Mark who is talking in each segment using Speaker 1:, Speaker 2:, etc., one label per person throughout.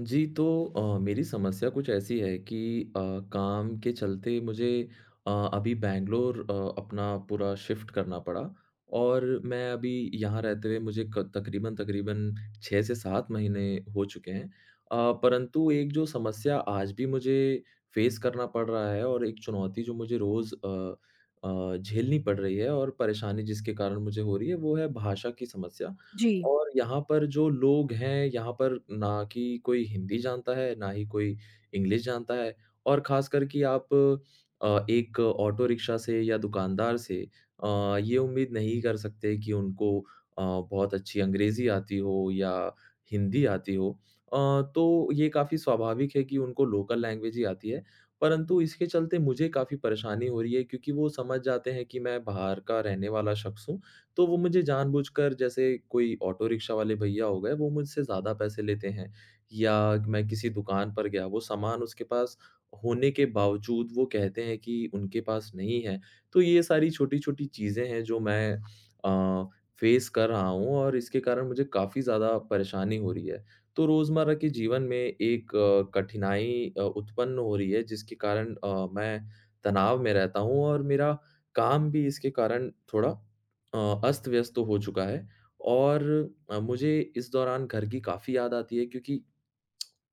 Speaker 1: जी, तो मेरी समस्या कुछ ऐसी है कि काम के चलते मुझे अभी बैंगलोर अपना पूरा शिफ्ट करना पड़ा और मैं अभी यहाँ रहते हुए मुझे क तकरीबन तकरीबन 6 से 7 महीने हो चुके हैं। परंतु एक जो समस्या आज भी मुझे फेस करना पड़ रहा है और एक चुनौती जो मुझे रोज़ झेलनी पड़ रही है और परेशानी जिसके कारण मुझे हो रही है, वो है भाषा की समस्या।
Speaker 2: जी,
Speaker 1: और यहाँ पर जो लोग हैं, यहाँ पर ना कि कोई हिंदी जानता है, ना ही कोई इंग्लिश जानता है और ख़ासकर कि आप एक ऑटो रिक्शा से या दुकानदार से अ, ये उम्मीद नहीं कर सकते कि उनको बहुत अच्छी अंग्रेज़ी आती हो या हिंदी आती हो। तो ये काफ़ी स्वाभाविक है कि उनको लोकल लैंग्वेज ही आती है, परंतु इसके चलते मुझे काफ़ी परेशानी हो रही है क्योंकि वो समझ जाते हैं कि मैं बाहर का रहने वाला शख़्स हूँ तो वो मुझे जानबूझकर जैसे कोई ऑटो रिक्शा वाले भैया हो गए, वो मुझसे ज़्यादा पैसे लेते हैं या मैं किसी दुकान पर गया, वो सामान उसके पास होने के बावजूद वो कहते हैं कि उनके पास नहीं है। तो ये सारी छोटी-छोटी चीज़ें हैं जो मैं अ, फेस कर रहा हूँ और इसके कारण मुझे काफ़ी ज़्यादा परेशानी हो रही है। तो रोज़मर्रा के जीवन में एक कठिनाई उत्पन्न हो रही है जिसके कारण मैं तनाव में रहता हूँ और मेरा काम भी इसके कारण थोड़ा अ, अस्त-व्यस्त तो हो चुका है और मुझे इस दौरान घर की काफ़ी याद आती है क्योंकि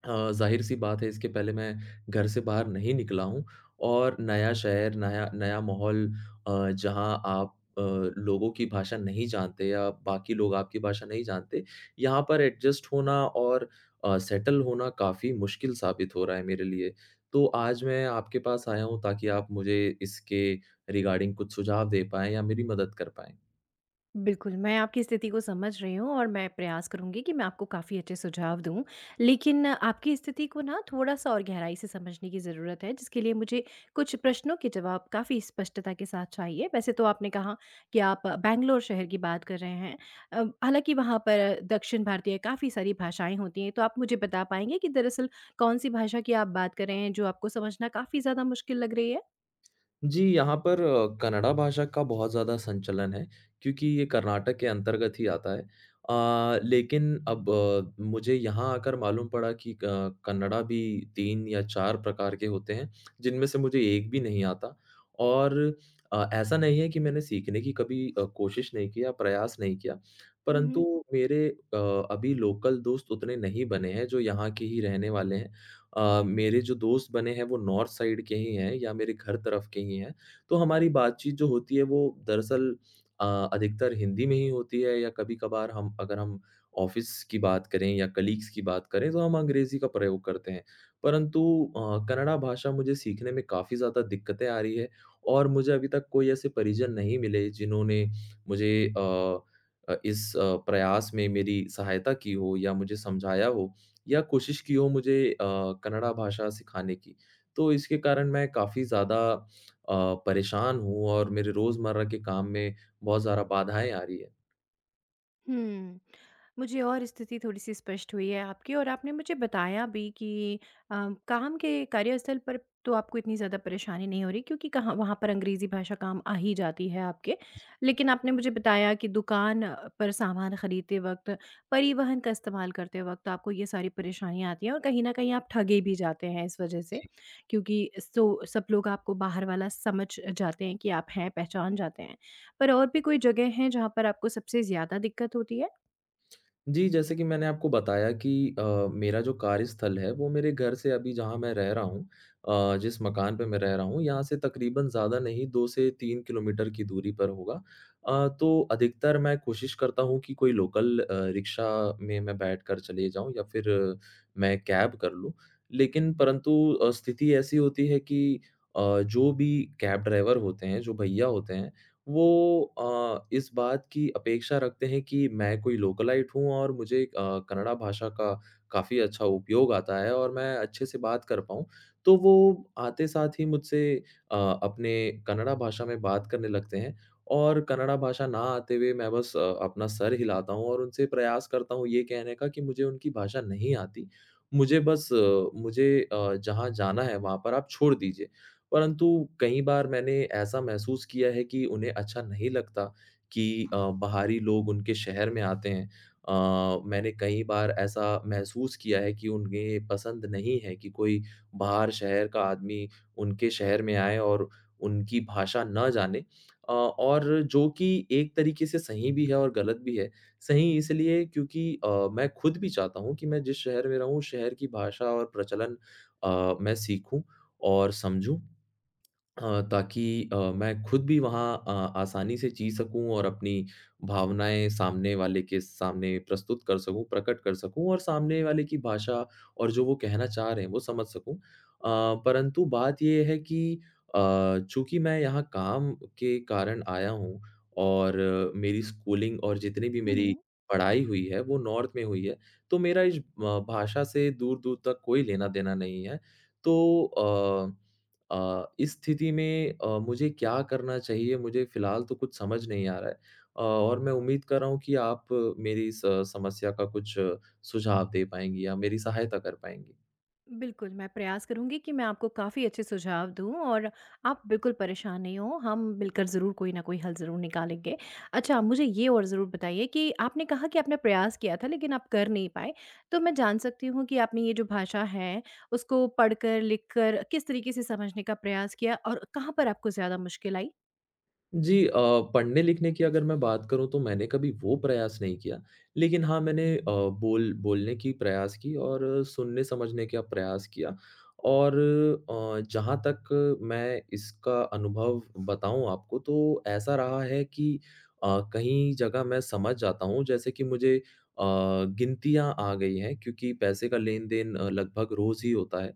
Speaker 1: ज़ाहिर-सी बात है इसके पहले मैं घर से बाहर नहीं निकला हूँ और नया शहर, नया नया माहौल जहाँ आप लोगों की भाषा नहीं जानते या बाकी लोग आपकी भाषा नहीं जानते, यहाँ पर एडजस्ट होना और सेटल होना काफ़ी मुश्किल साबित हो रहा है मेरे लिए। तो आज मैं आपके पास आया हूँ ताकि आप मुझे इसके रिगार्डिंग कुछ सुझाव दे पाएँ या मेरी मदद कर पाएँ।
Speaker 2: बिल्कुल, मैं आपकी स्थिति को समझ रही हूँ और मैं प्रयास करूँगी कि मैं आपको काफ़ी अच्छे सुझाव दूँ। लेकिन आपकी स्थिति को ना थोड़ा-सा और गहराई से समझने की ज़रूरत है, जिसके लिए मुझे कुछ प्रश्नों के जवाब काफ़ी स्पष्टता के साथ चाहिए। वैसे तो आपने कहा कि आप बैंगलोर शहर की बात कर रहे हैं। हालाँकि वहाँ पर दक्षिण भारतीय काफ़ी सारी भाषाएँ होती हैं, तो आप मुझे बता पाएँगे कि दरअसल कौन-सी भाषा की आप बात कर रहे हैं जो आपको समझना काफ़ी ज़्यादा मुश्किल लग रही है?
Speaker 1: जी, यहाँ पर कन्नड़ा भाषा का बहुत ज़्यादा संचलन है क्योंकि ये कर्नाटक के अंतर्गत ही आता है। लेकिन अब मुझे यहाँ आकर मालूम पड़ा कि क कन्नड़ा भी 3 या 4 प्रकार के होते हैं, जिनमें से मुझे एक भी नहीं आता और ऐसा नहीं है कि मैंने सीखने की कभी कोशिश नहीं की या प्रयास नहीं किया,
Speaker 2: हुँ,
Speaker 1: परंतु मेरे अ, अभी लोकल दोस्त उतने नहीं बने हैं, जो यहाँ के ही रहने वाले हैं। मेरे जो दोस्त बने हैं वो नॉर्थ साइड के ही हैं या मेरे घर तरफ के ही हैं। तो हमारी बातचीत जो होती है वो दरअसल अ, अधिकतर हिंदी में ही होती है या कभी-कभार हम अगर हम ऑफ़िस की बात करें या कलीग्स की बात करें तो हम अंग्रेज़ी का प्रयोग करते हैं। परंतु कन्नड़ा भाषा मुझे सीखने में काफ़ी ज़्यादा दिक्कतें आ रही है और मुझे अभी तक कोई ऐसे परिजन नहीं मिले जिन्होंने मुझे इस प्रयास में मेरी सहायता की हो या मुझे समझाया हो या कोशिश की हो मुझे कन्नड़ा भाषा सिखाने की। तो इसके कारण मैं काफ़ी ज़्यादा परेशान हूँ और मेरे रोज़मर्रा के काम में बहुत ज़्यादा बाधाएँ आ रही है।
Speaker 2: हुँ। मुझे और स्थिति थोड़ी-सी स्पष्ट हुई है आपकी, और आपने मुझे बताया भी कि अ, काम के कार्यस्थल पर तो आपको इतनी ज़्यादा परेशानी नहीं हो रही, क्योंकि कहाँ वहाँ पर अंग्रेज़ी भाषा काम आ ही जाती है आपके। लेकिन आपने मुझे बताया कि दुकान पर सामान खरीदते वक़्त, परिवहन का इस्तेमाल करते वक़्त आपको ये सारी परेशानियाँ आती हैं, और कहीं न कहीं आप ठगे भी जाते हैं इस वज़ह से। क्योंकि सो सब लोग आपको बाहर वाला समझ जाते हैं कि आप हैं, पहचान जाते हैं। पर और भी कोई जगह हैं जहाँ पर आपको सबसे ज़्यादा दिक्कत होती है?
Speaker 1: जी, जैसे कि मैंने आपको बताया कि अ, मेरा जो कार्यस्थल है वो मेरे घर से अभी जहाँ मैं रह रहा हूँ जिस मकान पे मैं रह रहा हूँ यहाँ से तकरीबन ज़्यादा नहीं 2 से 3 किलोमीटर की दूरी पर होगा। तो अधिकतर मैं कोशिश करता हूँ कि कोई लोकल रिक्शा में मैं बैठकर चले जाऊँ या फिर मैं कैब कर लूँ। लेकिन परंतु स्थिति ऐसी होती है कि जो भी कैब ड्राइवर होते हैं, जो भैया होते हैं वो इस बात की अपेक्षा रखते हैं कि मैं कोई लोकलाइट हूँ और मुझे कन्नड़ा भाषा का काफ़ी अच्छा उपयोग आता है और मैं अच्छे से बात कर पाऊँ। तो वो आते साथ ही मुझसे अ, अपने कन्नड़ा भाषा में बात करने लगते हैं और कन्नड़ा भाषा ना आते हुए मैं बस अपना सर हिलाता हूँ और उनसे प्रयास करता हूँ ये कहने का कि मुझे उनकी भाषा नहीं आती। मुझे बस मुझे जहाँ जाना है वहाँ पर आप छोड़ दीजिए। परंतु कई बार मैंने ऐसा महसूस किया है कि उन्हें अच्छा नहीं लगता कि बाहरी लोग उनके शहर में आते हैं। मैंने कई बार ऐसा महसूस किया है कि उन्हें पसंद नहीं है कि कोई बाहर शहर का आदमी उनके शहर में आए और उनकी भाषा ना जाने और जो कि एक तरीके से सही भी है और गलत भी है। सही इसलिए क्योंकि मैं खुद भी चाहता हूँ कि मैं जिस शहर में रहूँ, शहर की भाषा और प्रचलन मैं सीखूँ और समझूँ। ताकि मैं खुद भी वहाँ आसानी से जी सकूँ और अपनी भावनाएँ सामने वाले के सामने प्रस्तुत कर सकूँ, प्रकट कर सकूँ और सामने वाले की भाषा और जो वो कहना चाह रहे हैं, वो समझ सकूँ। परंतु बात ये है कि अ, चूँकि मैं यहाँ काम के कारण आया हूँ और मेरी स्कूलिंग और जितनी भी मेरी
Speaker 2: हुँ।
Speaker 1: पढ़ाई हुई है, वो नॉर्थ में हुई है, तो मेरा इस भाषा से दूर-दूर तक कोई लेना-देना नहीं है। तो अ इस स्थिति में मुझे क्या करना चाहिए? मुझे फ़िलहाल तो कुछ समझ नहीं आ रहा है और मैं उम्मीद कर रहा हूँ कि आप मेरी इस समस्या का कुछ सुझाव दे पाएँगी या मेरी सहायता कर पाएँगी।
Speaker 2: बिल्कुल, मैं प्रयास करूँगी कि मैं आपको काफ़ी अच्छे सुझाव दूँ, और आप बिल्कुल परेशान नहीं हों, हम मिलकर ज़रूर कोई ना कोई हल ज़रूर निकालेंगे। अच्छा, मुझे ये और ज़रूर बताइए कि आपने कहा कि आपने प्रयास किया था लेकिन आप कर नहीं पाए, तो मैं जान सकती हूँ कि आपने ये जो भाषा है, उसको पढ़कर, लिखकर किस तरीके से समझने का प्रयास किया, और कहाँ पर आपको ज़्यादा मुश्किल आई?
Speaker 1: जी पढ़ने-लिखने की अगर मैं बात करूँ तो मैंने कभी वो प्रयास नहीं किया। लेकिन हाँ, मैंने बोलने की प्रयास की और सुनने-समझने का प्रयास किया। और जहाँ तक मैं इसका अनुभव बताऊँ आपको तो ऐसा रहा है कि कहीं जगह मैं समझ जाता हूँ जैसे कि मुझे गिनतियाँ आ गई हैं क्योंकि पैसे का लेन-देन लगभग रोज़ ही होता है।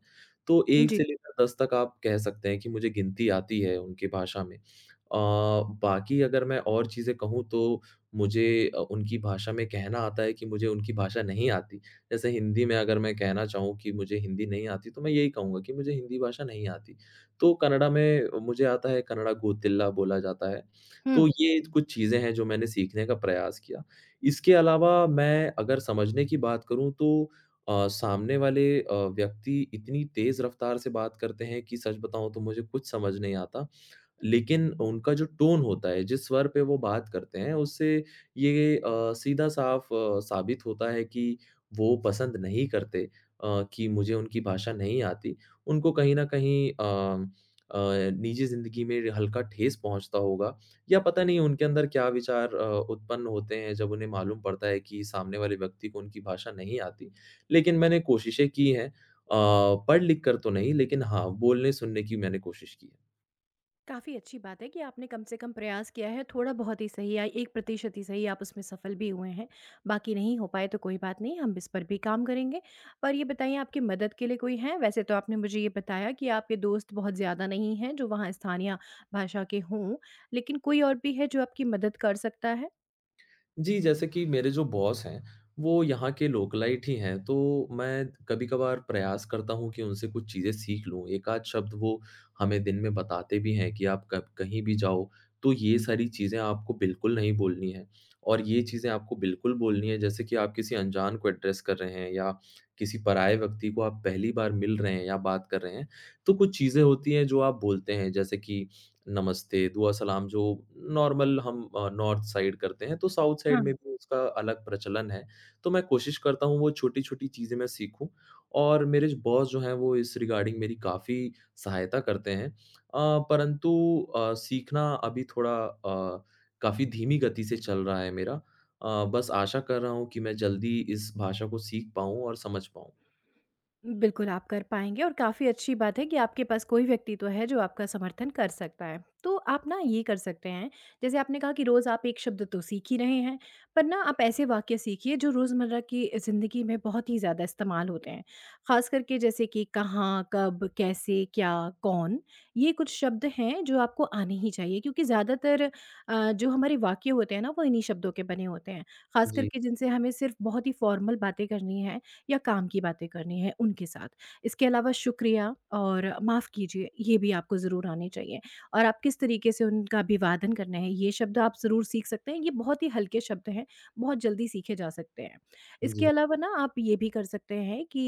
Speaker 1: तो 1
Speaker 2: जी।
Speaker 1: से लेकर 10 तक आप कह सकते हैं कि मुझे गिनती आती है उनकी भाषा में। अ, बाकी अगर मैं और चीज़ें कहूँ तो मुझे उनकी भाषा में कहना आता है कि मुझे उनकी भाषा नहीं आती। जैसे हिंदी में अगर मैं कहना चाहूँ कि मुझे हिंदी नहीं आती, तो मैं यही कहूँगा कि मुझे हिंदी भाषा नहीं आती। तो कन्नड़ा में मुझे आता है कन्नड़ा गोतिल्ला बोला जाता है। तो
Speaker 2: हुँ।
Speaker 1: ये कुछ चीज़ें हैं जो मैंने सीखने का प्रयास किया। इसके अलावा मैं अगर समझने की बात करूँ तो सामने वाले व्यक्ति इतनी तेज़ रफ़्तार से बात करते हैं कि सच बताऊँ तो मुझे कुछ समझ नहीं आता। लेकिन उनका जो टोन होता है, जिस स्वर पे वो बात करते हैं, उससे ये सीधा-साफ साबित होता है कि वो पसंद नहीं करते कि मुझे उनकी भाषा नहीं आती। उनको कहीं न कहीं अ, निजी ज़िंदगी में हल्का ठेस पहुँचता होगा या पता नहीं उनके अंदर क्या विचार उत्पन्न होते हैं जब उन्हें मालूम पड़ता है कि सामने वाले व्यक्ति को उनकी भाषा नहीं आती। लेकिन मैंने कोशिशें की हैं पढ़-लिख कर तो नहीं लेकिन हाँ, बोलने-सुनने की मैंने कोशिश की है।
Speaker 2: काफ़ी अच्छी बात है कि आपने कम से कम प्रयास किया है, थोड़ा बहुत ही सही, या 1% ही सही, आप उसमें सफल भी हुए हैं। बाकी नहीं हो पाए तो कोई बात नहीं, हम इस पर भी काम करेंगे। पर ये बताइए, आपकी मदद के लिए कोई है? वैसे तो आपने मुझे ये बताया कि आपके दोस्त बहुत ज़्यादा नहीं हैं जो वहाँ स्थानीय भाषा के हों, लेकिन कोई और भी है जो आपकी मदद कर सकता है?
Speaker 1: जी, जैसे कि मेरे जो बॉस हैं, वो यहाँ के लोकलाइट ही हैं, तो मैं कभी-कभार प्रयास करता हूँ कि उनसे कुछ चीज़ें सीख लूँ। एक-आध शब्द वो हमें दिन में बताते भी हैं कि आप कब कहीं भी जाओ, तो ये सारी चीज़ें आपको बिल्कुल नहीं बोलनी है और ये चीज़ें आपको बिल्कुल बोलनी है, जैसे कि आप किसी अनजान को एड्रेस कर रहे हैं या किसी पराये व्यक्ति को आप पहली बार मिल रहे हैं या बात कर रहे हैं, तो कुछ चीज़ें होती हैं जो आप बोलते हैं, जैसे कि नमस्ते, दुआ सलाम जो नॉर्मल हम नॉर्थ साइड करते हैं, तो साउथ
Speaker 2: हाँ।
Speaker 1: साइड में भी उसका अलग प्रचलन है। तो मैं कोशिश करता हूँ वो छोटी-छोटी चीज़ें मैं सीखूँ और मेरे जो बॉस जो हैं वो इस रिगार्डिंग मेरी काफ़ी सहायता करते हैं। परंतु सीखना अभी थोड़ा काफ़ी धीमी गति से चल रहा है मेरा। बस आशा कर रहा हूँ कि मैं जल्दी इस भाषा को सीख पाऊँ और समझ पाऊँ।
Speaker 2: बिल्कुल, आप कर पाएँगे, और काफ़ी अच्छी बात है कि आपके पास कोई व्यक्ति तो है जो आपका समर्थन कर सकता है। तो आप ना ये कर सकते हैं, जैसे आपने कहा कि रोज़ आप एक शब्द तो सीख ही रहे हैं, पर ना आप ऐसे वाक्य सीखिए जो रोज़मर्रा की ज़िंदगी में बहुत ही ज़्यादा इस्तेमाल होते हैं। ख़ास करके, जैसे कि कहाँ, कब, कैसे, क्या, कौन, ये कुछ शब्द हैं जो आपको आने ही चाहिए, क्योंकि ज़्यादातर जो हमारे वाक्य होते हैं ना, वो इन्हीं शब्दों के बने होते हैं। ख़ास
Speaker 1: जी,
Speaker 2: करके जिनसे हमें सिर्फ़ बहुत ही फ़ॉर्मल बातें करनी है, या काम की बातें करनी है उनके साथ। इसके अलावा शुक्रिया और माफ़ कीजिए, ये भी आपको ज़रूर आने चाहिए, और आप किस तरीके से उनका अभिवादन करना है ये शब्द आप ज़रूर सीख सकते हैं। ये बहुत ही हल्के शब्द हैं, बहुत जल्दी सीखे जा सकते हैं। इसके
Speaker 1: जी,
Speaker 2: अलावा ना आप ये भी कर सकते हैं कि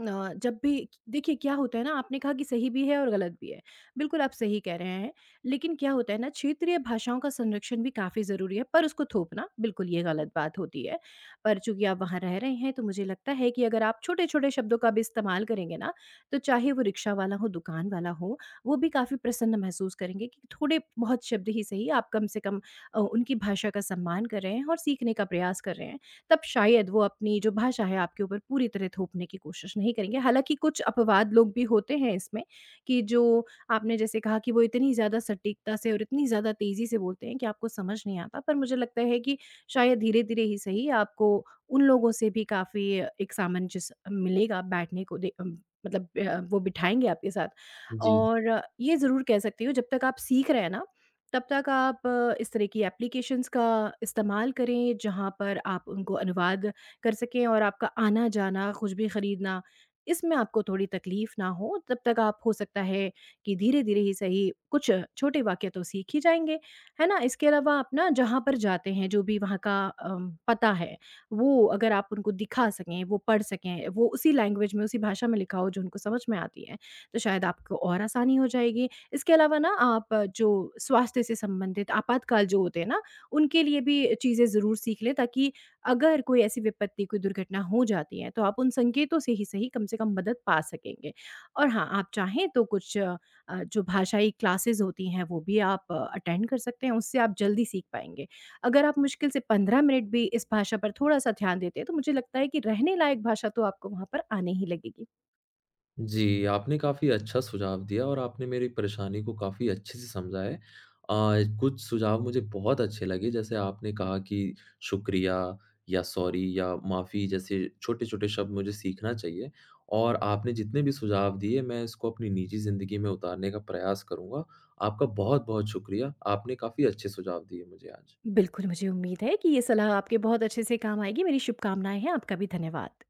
Speaker 2: जब भी, देखिए क्या होता है ना, आपने कहा कि सही भी है और गलत भी है। बिल्कुल आप सही कह रहे हैं। लेकिन क्या होता है ना, क्षेत्रीय भाषाओं का संरक्षण भी काफ़ी ज़रूरी है, पर उसको थोपना बिल्कुल, ये गलत बात होती है। पर चूँकि आप वहाँ रह रहे हैं, तो मुझे लगता है कि अगर आप छोटे-छोटे शब्दों का भी इस्तेमाल करेंगे ना, तो चाहे वो रिक्शा वाला हो, दुकान वाला हो, वो भी काफ़ी प्रसन्न महसूस करेंगे कि थोड़े बहुत शब्द ही सही, आप कम से कम उनकी भाषा का सम्मान कर रहे हैं और सीखने का प्रयास कर रहे हैं। तब शायद वो अपनी जो भाषा है आपके ऊपर पूरी तरह थोपने की कोशिश नहीं करेंगे। हालाँकि कुछ अपवाद लोग भी होते हैं इसमें, कि जो आपने जैसे कहा कि वो इतनी ज़्यादा सटीकता से और इतनी ज़्यादा तेज़ी से बोलते हैं कि आपको समझ नहीं आता। पर मुझे लगता है कि शायद धीरे-धीरे ही सही, आपको उन लोगों से भी काफ़ी एक सामंजस्य मिलेगा बैठने को, मतलब वो बिठाएँगे आपके साथ।
Speaker 1: जी।
Speaker 2: और ये ज़रूर कह सकती हूँ, जब तक आप सीख रहे हैं ना, तब तक आप इस तरह की एप्लीकेशंस का इस्तेमाल करें जहाँ पर आप उनको अनुवाद कर सकें, और आपका आना-जाना, कुछ भी खरीदना, इसमें आपको थोड़ी तकलीफ़ ना हो। तब तक आप, हो सकता है कि धीरे-धीरे ही सही, कुछ छोटे वाक्य तो सीख ही जाएँगे, है ना? इसके अलावा आप ना, जहाँ पर जाते हैं, जो भी वहाँ का पता है, वो अगर आप उनको दिखा सकें, वो पढ़ सकें, वो उसी लैंग्वेज में, उसी भाषा में लिखा हो जो उनको समझ में आती है, तो शायद आपको और आसानी हो जाएगी। इसके अलावा ना, आप जो स्वास्थ्य से संबंधित आपातकाल जो होते हैं ना, उनके लिए भी चीज़ें ज़रूर सीख लें, ताकि अगर कोई ऐसी विपत्ति, कोई दुर्घटना हो जाती है, तो आप उन संकेतों से ही सही, कम से कम मदद पा सकेंगे। और हाँ, आप चाहें तो कुछ जो भाषाई क्लासेस होती हैं वो भी आप अटेंड कर सकते हैं, उससे आप जल्दी सीख पाएँगे। अगर आप मुश्किल से 15 मिनट भी इस भाषा पर थोड़ा-सा ध्यान देते हैं, तो मुझे लगता है कि रहने लायक भाषा तो आपको वहाँ पर आने ही लगेगी।
Speaker 1: जी, आपने काफ़ी अच्छा सुझाव दिया और आपने मेरी परेशानी को काफ़ी अच्छे से समझा है। कुछ सुझाव मुझे बहुत अच्छे लगे जैसे आपने कहा कि शुक्रिया या सॉरी या माफ़ी जैसे छोटे-छोटे शब्द मुझे सीखना चाहिए और आपने जितने भी सुझाव दिए मैं इसको अपनी निजी ज़िंदगी में उतारने का प्रयास करूँगा। आपका बहुत-बहुत शुक्रिया। आपने काफ़ी अच्छे सुझाव दिए मुझे आज।
Speaker 2: बिल्कुल, मुझे उम्मीद है कि ये सलाह आपके बहुत अच्छे से काम आएगी। मेरी शुभकामनाएँ हैं। आपका भी धन्यवाद।